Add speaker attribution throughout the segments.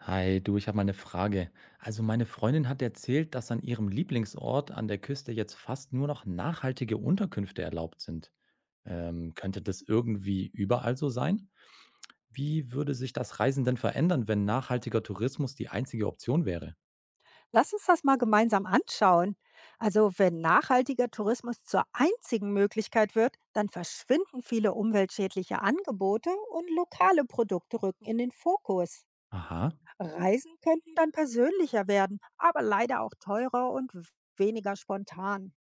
Speaker 1: Hi, du, ich habe mal eine Frage. Also meine Freundin hat erzählt, dass an ihrem Lieblingsort an der Küste jetzt fast nur noch nachhaltige Unterkünfte erlaubt sind. Könnte das irgendwie überall so sein? Wie würde sich das Reisen denn verändern, wenn nachhaltiger Tourismus die einzige Option wäre?
Speaker 2: Lass uns das mal gemeinsam anschauen. Also wenn nachhaltiger Tourismus zur einzigen Möglichkeit wird, dann verschwinden viele umweltschädliche Angebote und lokale Produkte rücken in den Fokus.
Speaker 1: Aha,
Speaker 2: Reisen könnten dann persönlicher werden, aber leider auch teurer und weniger spontan.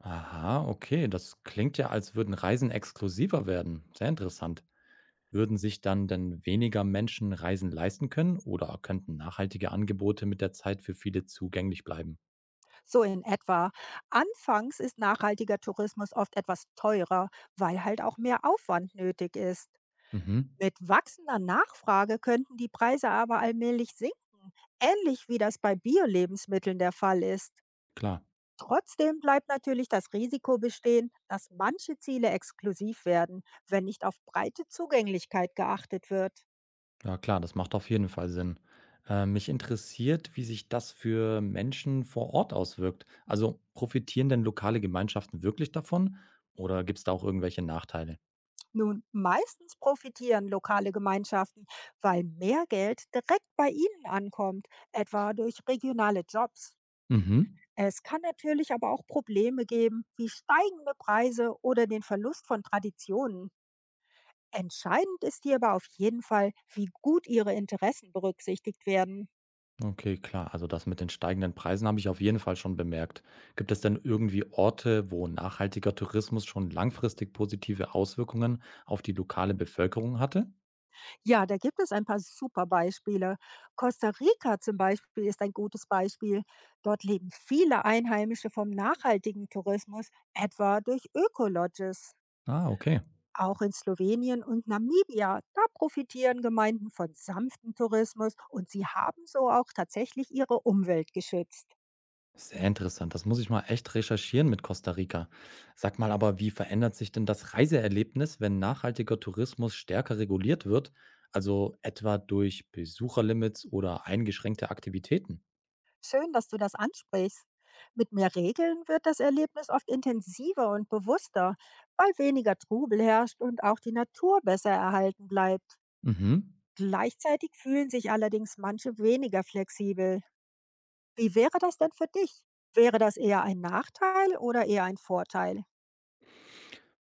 Speaker 1: aha, okay, das klingt ja, als würden Reisen exklusiver werden. Sehr interessant. Würden sich dann denn weniger Menschen Reisen leisten können oder könnten nachhaltige Angebote mit der Zeit für viele zugänglich bleiben?
Speaker 2: So in etwa. Anfangs ist nachhaltiger Tourismus oft etwas teurer, weil halt auch mehr Aufwand nötig ist.
Speaker 1: Mhm.
Speaker 2: Mit wachsender Nachfrage könnten die Preise aber allmählich sinken, ähnlich wie das bei Bio-Lebensmitteln der Fall ist.
Speaker 1: Klar,
Speaker 2: Trotzdem bleibt natürlich das Risiko bestehen, dass manche Ziele exklusiv werden, wenn nicht auf breite Zugänglichkeit geachtet wird.
Speaker 1: ja klar, das macht auf jeden Fall Sinn. Mich interessiert, wie sich das für Menschen vor Ort auswirkt. Also profitieren denn lokale Gemeinschaften wirklich davon oder gibt es da auch irgendwelche Nachteile?
Speaker 2: Nun, meistens profitieren lokale Gemeinschaften, weil mehr Geld direkt bei ihnen ankommt, etwa durch regionale Jobs.
Speaker 1: Mhm.
Speaker 2: Es kann natürlich aber auch Probleme geben, wie steigende Preise oder den Verlust von Traditionen. Entscheidend ist hier aber auf jeden Fall, wie gut ihre Interessen berücksichtigt werden.
Speaker 1: Okay, klar. Also das mit den steigenden Preisen habe ich auf jeden Fall schon bemerkt. Gibt es denn irgendwie Orte, wo nachhaltiger Tourismus schon langfristig positive Auswirkungen auf die lokale Bevölkerung hatte?
Speaker 2: Ja, da gibt es ein paar super Beispiele. Costa Rica zum Beispiel ist ein gutes Beispiel. Dort leben viele Einheimische vom nachhaltigen Tourismus, etwa durch Ökolodges.
Speaker 1: Ah, okay.
Speaker 2: Auch in Slowenien und Namibia, da profitieren Gemeinden von sanftem Tourismus und sie haben so auch tatsächlich ihre Umwelt geschützt.
Speaker 1: Sehr interessant. Das muss ich mal echt recherchieren mit Costa Rica. Sag mal aber, wie verändert sich denn das Reiseerlebnis, wenn nachhaltiger Tourismus stärker reguliert wird? Also etwa durch Besucherlimits oder eingeschränkte Aktivitäten?
Speaker 2: Schön, dass du das ansprichst. Mit mehr Regeln wird das Erlebnis oft intensiver und bewusster, weil weniger Trubel herrscht und auch die Natur besser erhalten bleibt.
Speaker 1: Mhm.
Speaker 2: Gleichzeitig fühlen sich allerdings manche weniger flexibel. Wie wäre das denn für dich? Wäre das eher ein Nachteil oder eher ein Vorteil?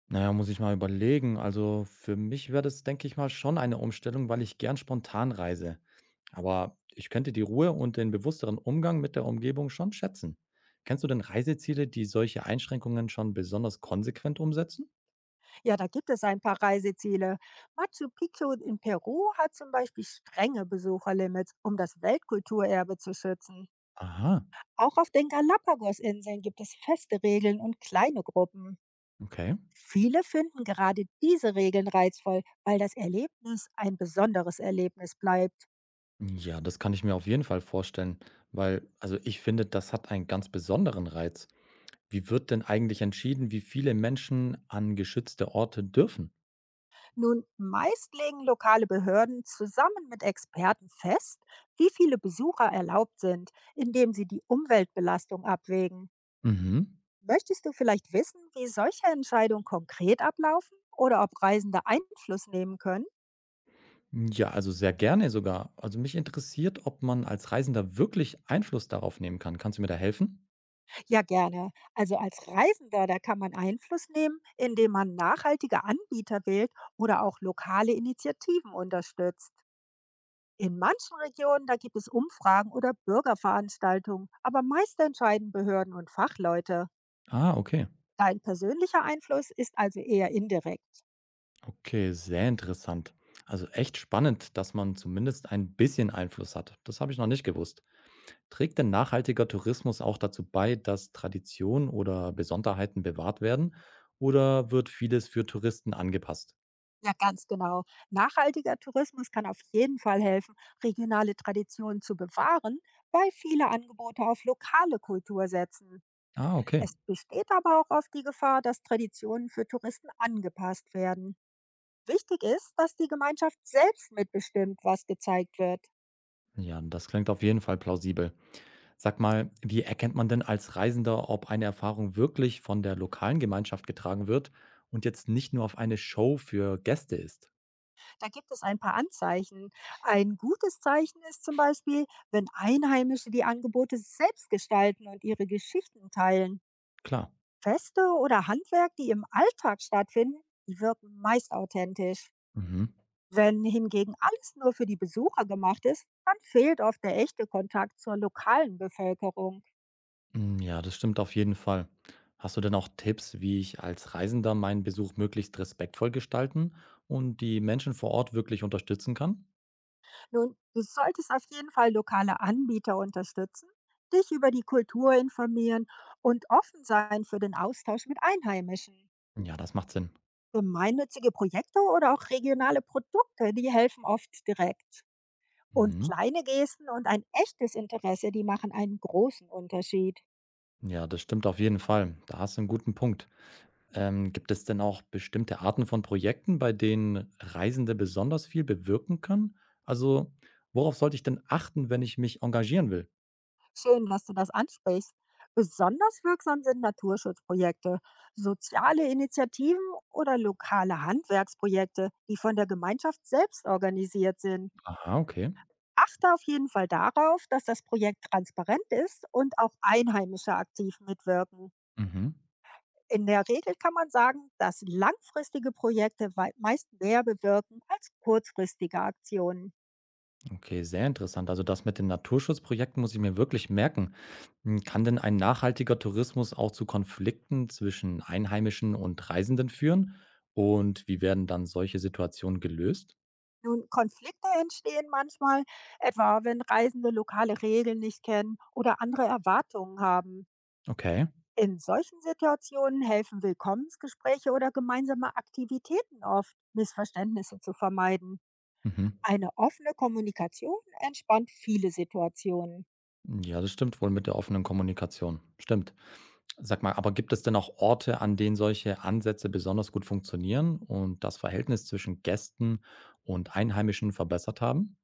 Speaker 1: Naja, muss ich mal überlegen. Also für mich wäre das, denke ich mal, schon eine Umstellung, weil ich gern spontan reise. Aber ich könnte die Ruhe und den bewussteren Umgang mit der Umgebung schon schätzen. Kennst du denn Reiseziele, die solche Einschränkungen schon besonders konsequent umsetzen?
Speaker 2: Ja, da gibt es ein paar Reiseziele. Machu Picchu in Peru hat zum Beispiel strenge Besucherlimits, um das Weltkulturerbe zu schützen.
Speaker 1: Aha.
Speaker 2: Auch auf den Galapagosinseln gibt es feste Regeln und kleine Gruppen.
Speaker 1: Okay.
Speaker 2: Viele finden gerade diese Regeln reizvoll, weil das Erlebnis ein besonderes Erlebnis bleibt.
Speaker 1: Ja, das kann ich mir auf jeden Fall vorstellen, weil, also ich finde, das hat einen ganz besonderen Reiz. Wie wird denn eigentlich entschieden, wie viele Menschen an geschützte Orte dürfen?
Speaker 2: Nun, meist legen lokale Behörden zusammen mit Experten fest, wie viele Besucher erlaubt sind, indem sie die Umweltbelastung abwägen.
Speaker 1: Mhm.
Speaker 2: Möchtest du vielleicht wissen, wie solche Entscheidungen konkret ablaufen oder ob Reisende Einfluss nehmen können?
Speaker 1: Ja, also sehr gerne sogar. Also mich interessiert, ob man als Reisender wirklich Einfluss darauf nehmen kann. Kannst du mir da helfen?
Speaker 2: Ja, gerne. Also als Reisender, da kann man Einfluss nehmen, indem man nachhaltige Anbieter wählt oder auch lokale Initiativen unterstützt. In manchen Regionen, da gibt es Umfragen oder Bürgerveranstaltungen, aber meist entscheiden Behörden und Fachleute.
Speaker 1: Ah, okay.
Speaker 2: Dein persönlicher Einfluss ist also eher indirekt.
Speaker 1: Okay, sehr interessant. Also echt spannend, dass man zumindest ein bisschen Einfluss hat. Das habe ich noch nicht gewusst. Trägt denn nachhaltiger Tourismus auch dazu bei, dass Traditionen oder Besonderheiten bewahrt werden? Oder wird vieles für Touristen angepasst?
Speaker 2: Ja, ganz genau. Nachhaltiger Tourismus kann auf jeden Fall helfen, regionale Traditionen zu bewahren, weil viele Angebote auf lokale Kultur setzen.
Speaker 1: Ah, okay.
Speaker 2: Es besteht aber auch oft die Gefahr, dass Traditionen für Touristen angepasst werden. Wichtig ist, dass die Gemeinschaft selbst mitbestimmt, was gezeigt wird.
Speaker 1: Ja, das klingt auf jeden Fall plausibel. Sag mal, wie erkennt man denn als Reisender, ob eine Erfahrung wirklich von der lokalen Gemeinschaft getragen wird und jetzt nicht nur auf eine Show für Gäste ist?
Speaker 2: Da gibt es ein paar Anzeichen. Ein gutes Zeichen ist zum Beispiel, wenn Einheimische die Angebote selbst gestalten und ihre Geschichten teilen.
Speaker 1: Klar.
Speaker 2: Feste oder Handwerk, die im Alltag stattfinden, die wirken meist authentisch.
Speaker 1: Mhm.
Speaker 2: Wenn hingegen alles nur für die Besucher gemacht ist, dann fehlt oft der echte Kontakt zur lokalen Bevölkerung.
Speaker 1: Hm, ja, das stimmt auf jeden Fall. Hast du denn auch Tipps, wie ich als Reisender meinen Besuch möglichst respektvoll gestalten und die Menschen vor Ort wirklich unterstützen kann?
Speaker 2: Nun, du solltest auf jeden Fall lokale Anbieter unterstützen, dich über die Kultur informieren und offen sein für den Austausch mit Einheimischen.
Speaker 1: Ja, das macht Sinn.
Speaker 2: Gemeinnützige Projekte oder auch regionale Produkte, die helfen oft direkt. Und
Speaker 1: Mhm.
Speaker 2: kleine Gesten und ein echtes Interesse, die machen einen großen Unterschied.
Speaker 1: Ja, das stimmt auf jeden Fall. Da hast du einen guten Punkt. Gibt es denn auch bestimmte Arten von Projekten, bei denen Reisende besonders viel bewirken können? Also, worauf sollte ich denn achten, wenn ich mich engagieren will?
Speaker 2: Schön, dass du das ansprichst. Besonders wirksam sind Naturschutzprojekte, soziale Initiativen oder lokale Handwerksprojekte, die von der Gemeinschaft selbst organisiert sind.
Speaker 1: Aha, okay.
Speaker 2: Achte auf jeden Fall darauf, dass das Projekt transparent ist und auch Einheimische aktiv mitwirken.
Speaker 1: Mhm.
Speaker 2: In der Regel kann man sagen, dass langfristige Projekte meist mehr bewirken als kurzfristige Aktionen.
Speaker 1: Okay, sehr interessant. Also das mit den Naturschutzprojekten muss ich mir wirklich merken. Hm, kann denn ein nachhaltiger Tourismus auch zu Konflikten zwischen Einheimischen und Reisenden führen? Und wie werden dann solche Situationen gelöst?
Speaker 2: Nun, Konflikte entstehen manchmal, etwa wenn Reisende lokale Regeln nicht kennen oder andere Erwartungen haben.
Speaker 1: Okay.
Speaker 2: In solchen Situationen helfen Willkommensgespräche oder gemeinsame Aktivitäten oft, Missverständnisse zu vermeiden.
Speaker 1: Mhm.
Speaker 2: Eine offene Kommunikation entspannt viele Situationen.
Speaker 1: Ja, das stimmt wohl mit der offenen Kommunikation. Stimmt. Sag mal, aber gibt es denn auch Orte, an denen solche Ansätze besonders gut funktionieren und das Verhältnis zwischen Gästen und Einheimischen verbessert haben?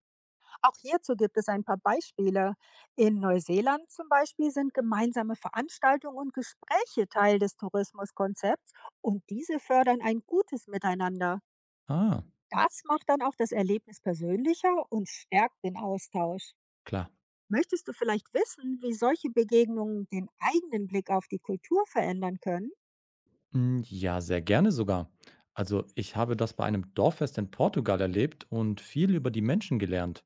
Speaker 2: Auch hierzu gibt es ein paar Beispiele. In Neuseeland zum Beispiel sind gemeinsame Veranstaltungen und Gespräche Teil des Tourismuskonzepts und diese fördern ein gutes Miteinander.
Speaker 1: Ah,
Speaker 2: Das macht dann auch das Erlebnis persönlicher und stärkt den Austausch.
Speaker 1: klar.
Speaker 2: Möchtest du vielleicht wissen, wie solche Begegnungen den eigenen Blick auf die Kultur verändern können?
Speaker 1: Hm, ja, sehr gerne sogar. Also, ich habe das bei einem Dorffest in Portugal erlebt und viel über die Menschen gelernt.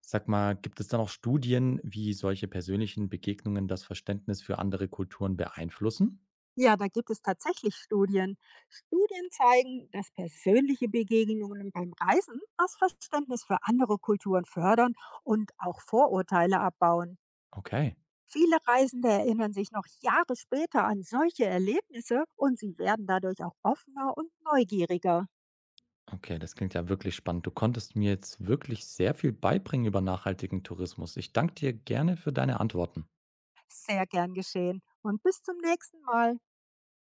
Speaker 1: Sag mal, gibt es da noch Studien, wie solche persönlichen Begegnungen das Verständnis für andere Kulturen beeinflussen?
Speaker 2: Ja, da gibt es tatsächlich Studien. Studien zeigen, dass persönliche Begegnungen beim Reisen das Verständnis für andere Kulturen fördern und auch Vorurteile abbauen.
Speaker 1: Okay.
Speaker 2: Viele Reisende erinnern sich noch Jahre später an solche Erlebnisse und sie werden dadurch auch offener und neugieriger.
Speaker 1: Okay, das klingt ja wirklich spannend. Du konntest mir jetzt wirklich sehr viel beibringen über nachhaltigen Tourismus. Ich danke dir gerne für deine Antworten.
Speaker 2: Sehr gern geschehen und bis zum nächsten Mal.